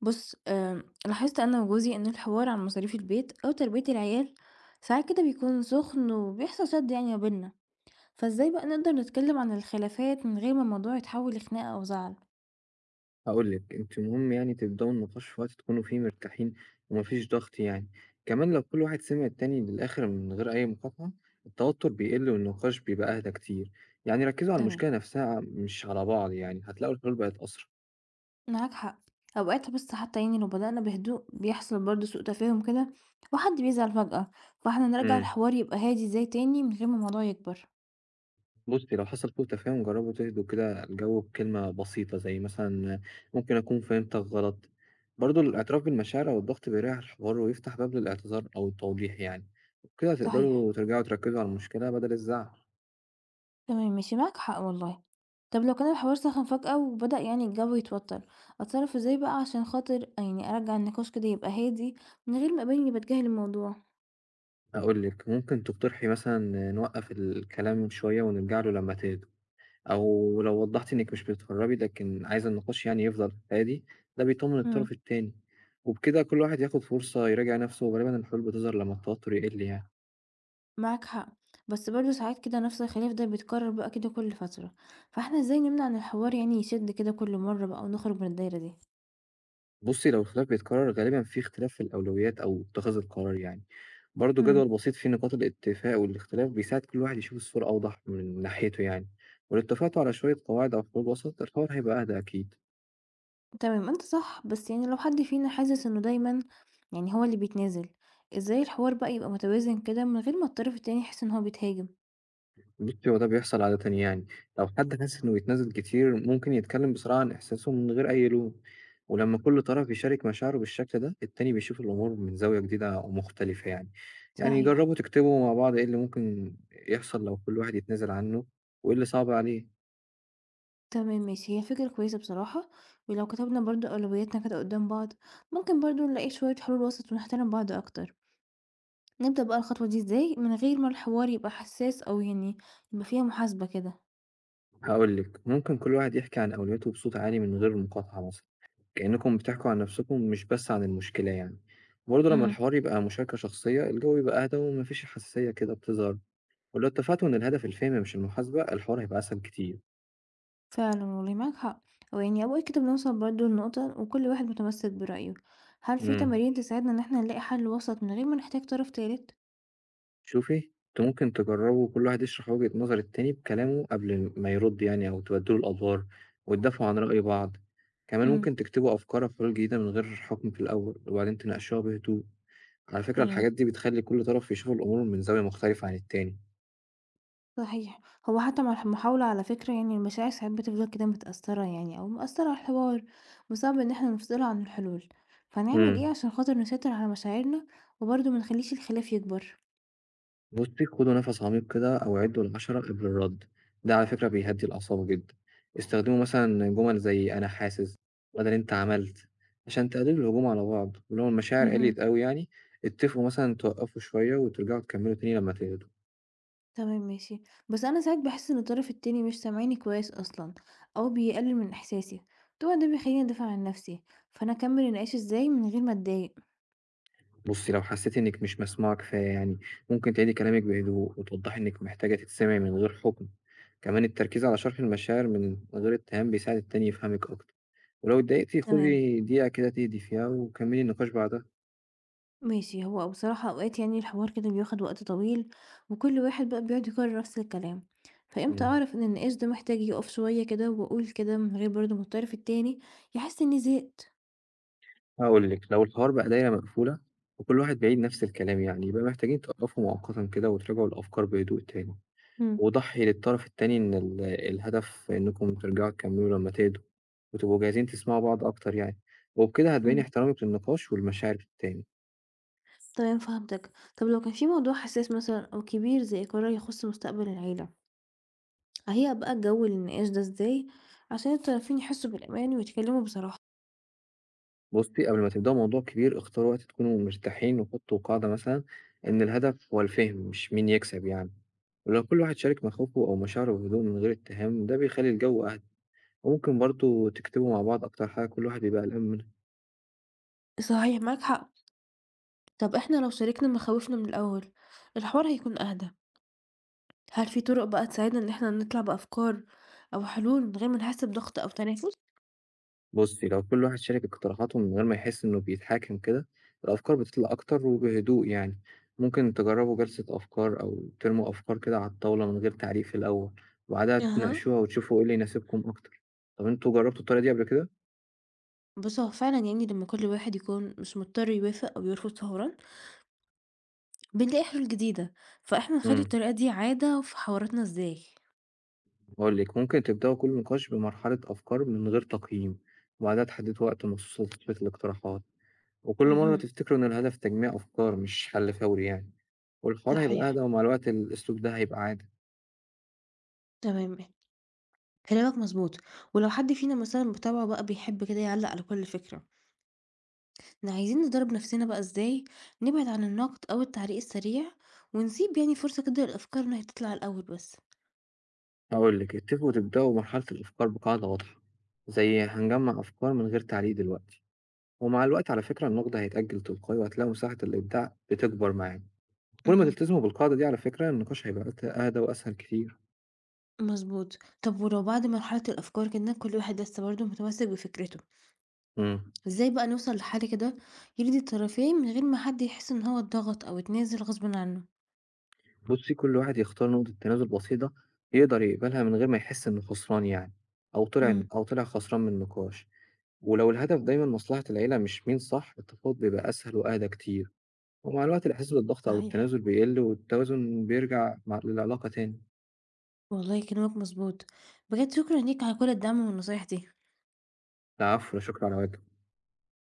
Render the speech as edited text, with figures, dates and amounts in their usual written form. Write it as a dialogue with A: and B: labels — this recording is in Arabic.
A: بُص، لاحظت أنا وجوزي إن الحوار عن مصاريف البيت أو تربية العيال ساعات كده بيكون سُخن وبيحصل شد يعني ما بيننا، فإزاي بقى نقدر نتكلم عن الخلافات من غير ما الموضوع يتحول لخناقة أو زعل؟
B: هاقول لِك، أنتِ المهم يعني تبدأوا النقاش في وقت تكونوا فيه مرتاحين وما فيش ضغط يعني، كمان لو كل واحد سمع التاني للآخر من غير أي مقاطعة، التوتر بيقل والنقاش بيبقى أهدى كتير، يعني ركّزوا على
A: تمام،
B: المشكلة نفسها مش على بعض يعني، هتلاقوا الحلول بقت أسرع.
A: معاك حق، أوقات بس حتى يعني لو بدأنا بهدوء بيحصل برضه سوء تفاهم كده وحد بيزعل فجأة، فإحنا نرجّع
B: إمم،
A: الحوار يبقى هادي زي تاني من غير ما الموضوع يكبر.
B: بُصّي لو حصل سوء تفاهم جرّبوا تهدوا كده الجو بكلمة بسيطة زي مثلًا ممكن أكون فهمتك غلط، برضه الاعتراف بالمشاعر أو الضغط بيريّح الحوار ويفتح باب للاعتذار أو التوضيح يعني، وبكده
A: صحيح.
B: هتقدروا ترجعوا تركّزوا على المشكلة بدل الزعل.
A: تمام ماشي، معاك حق والله. طب لو كان الحوار سخن فجأة وبدأ يعني الجو يتوتر، اتصرف ازاي بقى عشان خاطر يعني ارجع النقاش كده يبقى هادي من غير ما ابان اني بتجاهل الموضوع؟
B: أقول لِك، ممكن تقترحي مثلًا نوقّف الكلام شوية ونرجع له لمّا تهدوا، أو لو وضّحتِ إنِّك مش بتتهرّبي لكن عايزة النقاش يعني يفضل هادي، ده بيطمّن
A: امم.
B: الطرف التاني، وبكده كل واحد ياخد فرصة يراجع نَفْسه، وغالبًا الحلول بتظهر لمّا التوتر يقِل يعني.
A: معاك حق، بس برضه ساعات كده نفس الخلاف ده بيتكرر بقى كده كل فترة، فاحنا ازاي نمنع ان الحوار يعني يشد كده كل مرة بقى ونخرج من الدايرة دي؟
B: بُصّي، لو الخلاف بيتكرر غالبًا في اختلاف في الأولويات أو اتخاذ القرار يعني. برضه
A: امم.
B: جدول بسيط فيه نقاط الاتفاق والاختلاف بيساعد كل واحد يشوف الصورة أوضح من ناحيته يعني، ولو اتفقتوا على شوية قواعد أو حلول وسط الحوار هيبقى أهدى أكيد.
A: تمام انت صح، بس يعني لو حد فينا حاسس انه دايما يعني هو اللي بيتنازل، ازاي الحوار بقى يبقى متوازن كده من غير ما الطرف التاني يحس ان هو بيتهاجم؟
B: بُصّي، هو ده بيحصل عادةً يعني، لو حد حاسس إنه بيتنازل كتير ممكن يتكلم بصراحة عن إحساسه من غير أي لوم، ولمّا كل طرف يشارك مشاعره بالشكل ده، التاني بيشوف الأمور من زاوية جديدة ومختلفة يعني. يعني
A: صحيح.
B: جربوا تكتبوا مع بعض إيه اللي ممكن يحصل لو كل واحد يتنازل عنه، وإيه اللي صعب عليه.
A: تمام ماشي، هي فكرة كويسة بصراحة. ولو كتبنا برضو أولوياتنا كده قدام بعض ممكن برضو نلاقي شوية حلول وسط ونحترم بعض أكتر. نبدأ بقى الخطوة دي ازاي من غير ما الحوار يبقى حساس أو يعني يبقى فيها محاسبة كده؟
B: هاقول لِك، ممكن كل واحد يحكي عن أولوياته بصوت عالي من غير مقاطعة مثلًا، كأنكم بتحكوا عن نفسكم مش بس عن المشكلة يعني. برضه لمّا
A: امم.
B: الحوار يبقى مشاركة شخصية، الجو بيبقى أهدى وما فيش حساسية كده بتظهر. ولو اتفقتوا إن الهدف الفهم مش المحاسبة الحوار هيبقى أسهل كتير،
A: فعلا والله معاك حق. أو يعني أوقات كده بنوصل برضو لنقطة وكل واحد متمسك برأيه، هل في
B: امم
A: تمارين تساعدنا إن احنا نلاقي حل وسط من غير ما نحتاج طرف تالت؟
B: شوفي أنتوا ممكن تجربوا كل واحد يشرح وجهة نظر التاني بكلامه قبل ما يرد يعني أو تبدلوا الأدوار وتدافعوا عن رأي بعض، كمان
A: امم.
B: ممكن تكتبوا أفكار أو حلول جديدة من غير حكم في الأول وبعدين تناقشوها بهدوء، على فكرة
A: تمام.
B: الحاجات دي بتخلي كل طرف يشوف الأمور من زاوية مختلفة عن التاني.
A: صحيح. هو حتى مع المحاولة على فكرة يعني المشاعر ساعات بتفضل كده متأثرة يعني أو مأثرة على الحوار، وصعب إن احنا نفصله عن الحلول، فهنعمل ايه
B: امم
A: عشان خاطر نسيطر على مشاعرنا وبرضه منخليش الخلاف يكبر؟
B: بُصّي، خدوا نَفَس عميق كده أو عدّوا ل10 قبل الرد، ده على فكرة بيهدّي الأعصاب جدًا. استخدموا مثلًا جُمل زي أنا حاسس بدل أنت عملت عشان تقللوا الهجوم على بعض، ولو المشاعر قلّت
A: مهم.
B: أوي يعني، اتفقوا مثلًا توقّفوا شوية وترجعوا تكمّلوا تاني لمّا تهدوا.
A: تمام ماشي. بس أنا ساعات بحس إن الطرف التاني مش سامعني كويس أصلا أو بيقلل من إحساسي، طبعا ده بيخليني أدافع عن نفسي، فأنا أكمل النقاش ازاي من غير ما أتضايق؟
B: بُصّي، لو حسّيتِ إنِّك مش مسموعة كفاية يعني، ممكن تعيدي كلامِك بهدوء وتوضّحي إنِّك محتاجة تتسمعي من غير حُكم. كمان التركيز على شرح المشاعر من غير اتهام بيساعد التاني يفهمِك أكتر، ولو اتضايقتِ
A: تمام
B: خُدي دقيقة كده تهدي فيها وكمّلي النقاش بعدها.
A: ماشي، هو بصراحة أوقات يعني الحوار كده بياخد وقت طويل، وكل واحد بقى بيقعد يكرر نفس الكلام، فإمتى
B: إمم.
A: أعرف إن النقاش ده محتاج يقف شوية كده وأقول كده من غير برضه ما الطرف التاني يحس إني زهقت؟
B: هاقول لِك، لو الحوار بقى دايرة مقفولة وكل واحد بيعيد نفس الكلام يعني، يبقى محتاجين تقفوا مؤقتًا كده وتراجعوا الأفكار بهدوء تاني،
A: إمم.
B: وضَحّي للطرف التاني إن الهدف إنكم ترجعوا تكمّلوا لمّا تهدوا وتبقوا جاهزين تسمعوا بعض أكتر يعني، وبكده هتبيّني
A: إمم.
B: احترامِك للنقاش والمشاعر التاني.
A: تمام فهمتك. طب لو كان في موضوع حساس مثلًا أو كبير زي قرار يخص مستقبل العيلة، أهيأ بقى الجو للنقاش ده إزاي عشان الطرفين يحسوا بالأمان ويتكلموا بصراحة؟
B: بُصّي، قبل ما تبدأوا موضوع كبير اختاروا وقت تكونوا مرتاحين وحطّوا قاعدة مثلًا إن الهدف هو الفهم مش مين يكسب يعني، ولو كل واحد شارك مخاوفه أو مشاعره بهدوء من غير اتهام، ده بيخلّي الجو أهدى. ممكن برضه تكتبوا مع بعض أكتر حاجة كل واحد يبقى قلقان منها،
A: صحيح معاك حق. طب إحنا لو شاركنا مخاوفنا من الأول الحوار هيكون أهدى. هل في طرق بقى تساعدنا إن إحنا نطلع بأفكار أو حلول من غير ما نحس بضغط أو تنافس؟
B: بُصّي لو كل واحد شارك اقتراحاته من غير ما يحس إنه بيتحاكم كده، الأفكار بتطلع أكتر وبهدوء يعني، ممكن تجربوا جلسة أفكار أو ترموا أفكار كده على الطاولة من غير تعريف الأول، وبعدها
A: أها.
B: تناقشوها وتشوفوا إيه اللي يناسبكم أكتر، طب أنتم جربتوا الطريقة دي قبل كده؟
A: بص هو فعلا يعني لما كل واحد يكون مش مضطر يوافق أو يرفض فورا بنلاقي حلول جديدة، فإحنا نخلي
B: إمم،
A: الطريقة دي عادة في حواراتنا إزاي؟
B: هاقول لِك ممكن تبدأوا كل نقاش بمرحلة أفكار من غير تقييم، وبعدها تحددوا وقت مخصوص لتثبيت الاقتراحات. وكل مرة
A: مهم.
B: تفتكروا إن الهدف تجميع أفكار مش حل فوري يعني، والحوار هيبقى أهدى
A: صحيح.
B: ومع الوقت الأسلوب ده هيبقى عادة،
A: تمام. كلامك مظبوط. ولو حد فينا مثلا بطبعه بقى بيحب كده يعلق على كل فكرة، احنا عايزين ندرب نفسنا بقى ازاي نبعد عن النقد او التعليق السريع ونسيب يعني فرصة كده للأفكار انها تطلع الأول بس؟
B: هقولك اتفقوا تبدأوا مرحلة الأفكار بقاعدة واضحة، زي هنجمع أفكار من غير تعليق دلوقتي، ومع الوقت على فكرة النقد هيتأجل تلقائي وهتلاقوا مساحة الإبداع بتكبر معاكم، كل ما
A: مهم.
B: تلتزموا بالقاعدة دي على فكرة النقاش هيبقى أهدى وأسهل كتير.
A: مضبوط. طب ولو بعد مرحلة الأفكار كده كل واحد لسه برضه متمسك بفكرته،
B: مم.
A: إزاي بقى نوصل لحل كده يرضي الطرفين من غير ما حد يحس إن هو اتضغط أو اتنازل غصبٍ عنه؟
B: بصي كل واحد يختار نقطة تنازل بسيطة يقدر يقبلها من غير ما يحس إنه خسران يعني،
A: امم.
B: أو طلع خسران من النقاش. ولو الهدف دايما مصلحة العيلة مش مين صح التفاوض بيبقى أسهل وأهدى كتير، ومع الوقت الإحساس بالضغط أو
A: صحيح
B: التنازل بيقل والتوازن بيرجع مع للعلاقة تاني.
A: والله كلامك مظبوط. بجد شكرا ليك على كل الدعم والنصايح دي.
B: العفو، لا شكرا على واجب.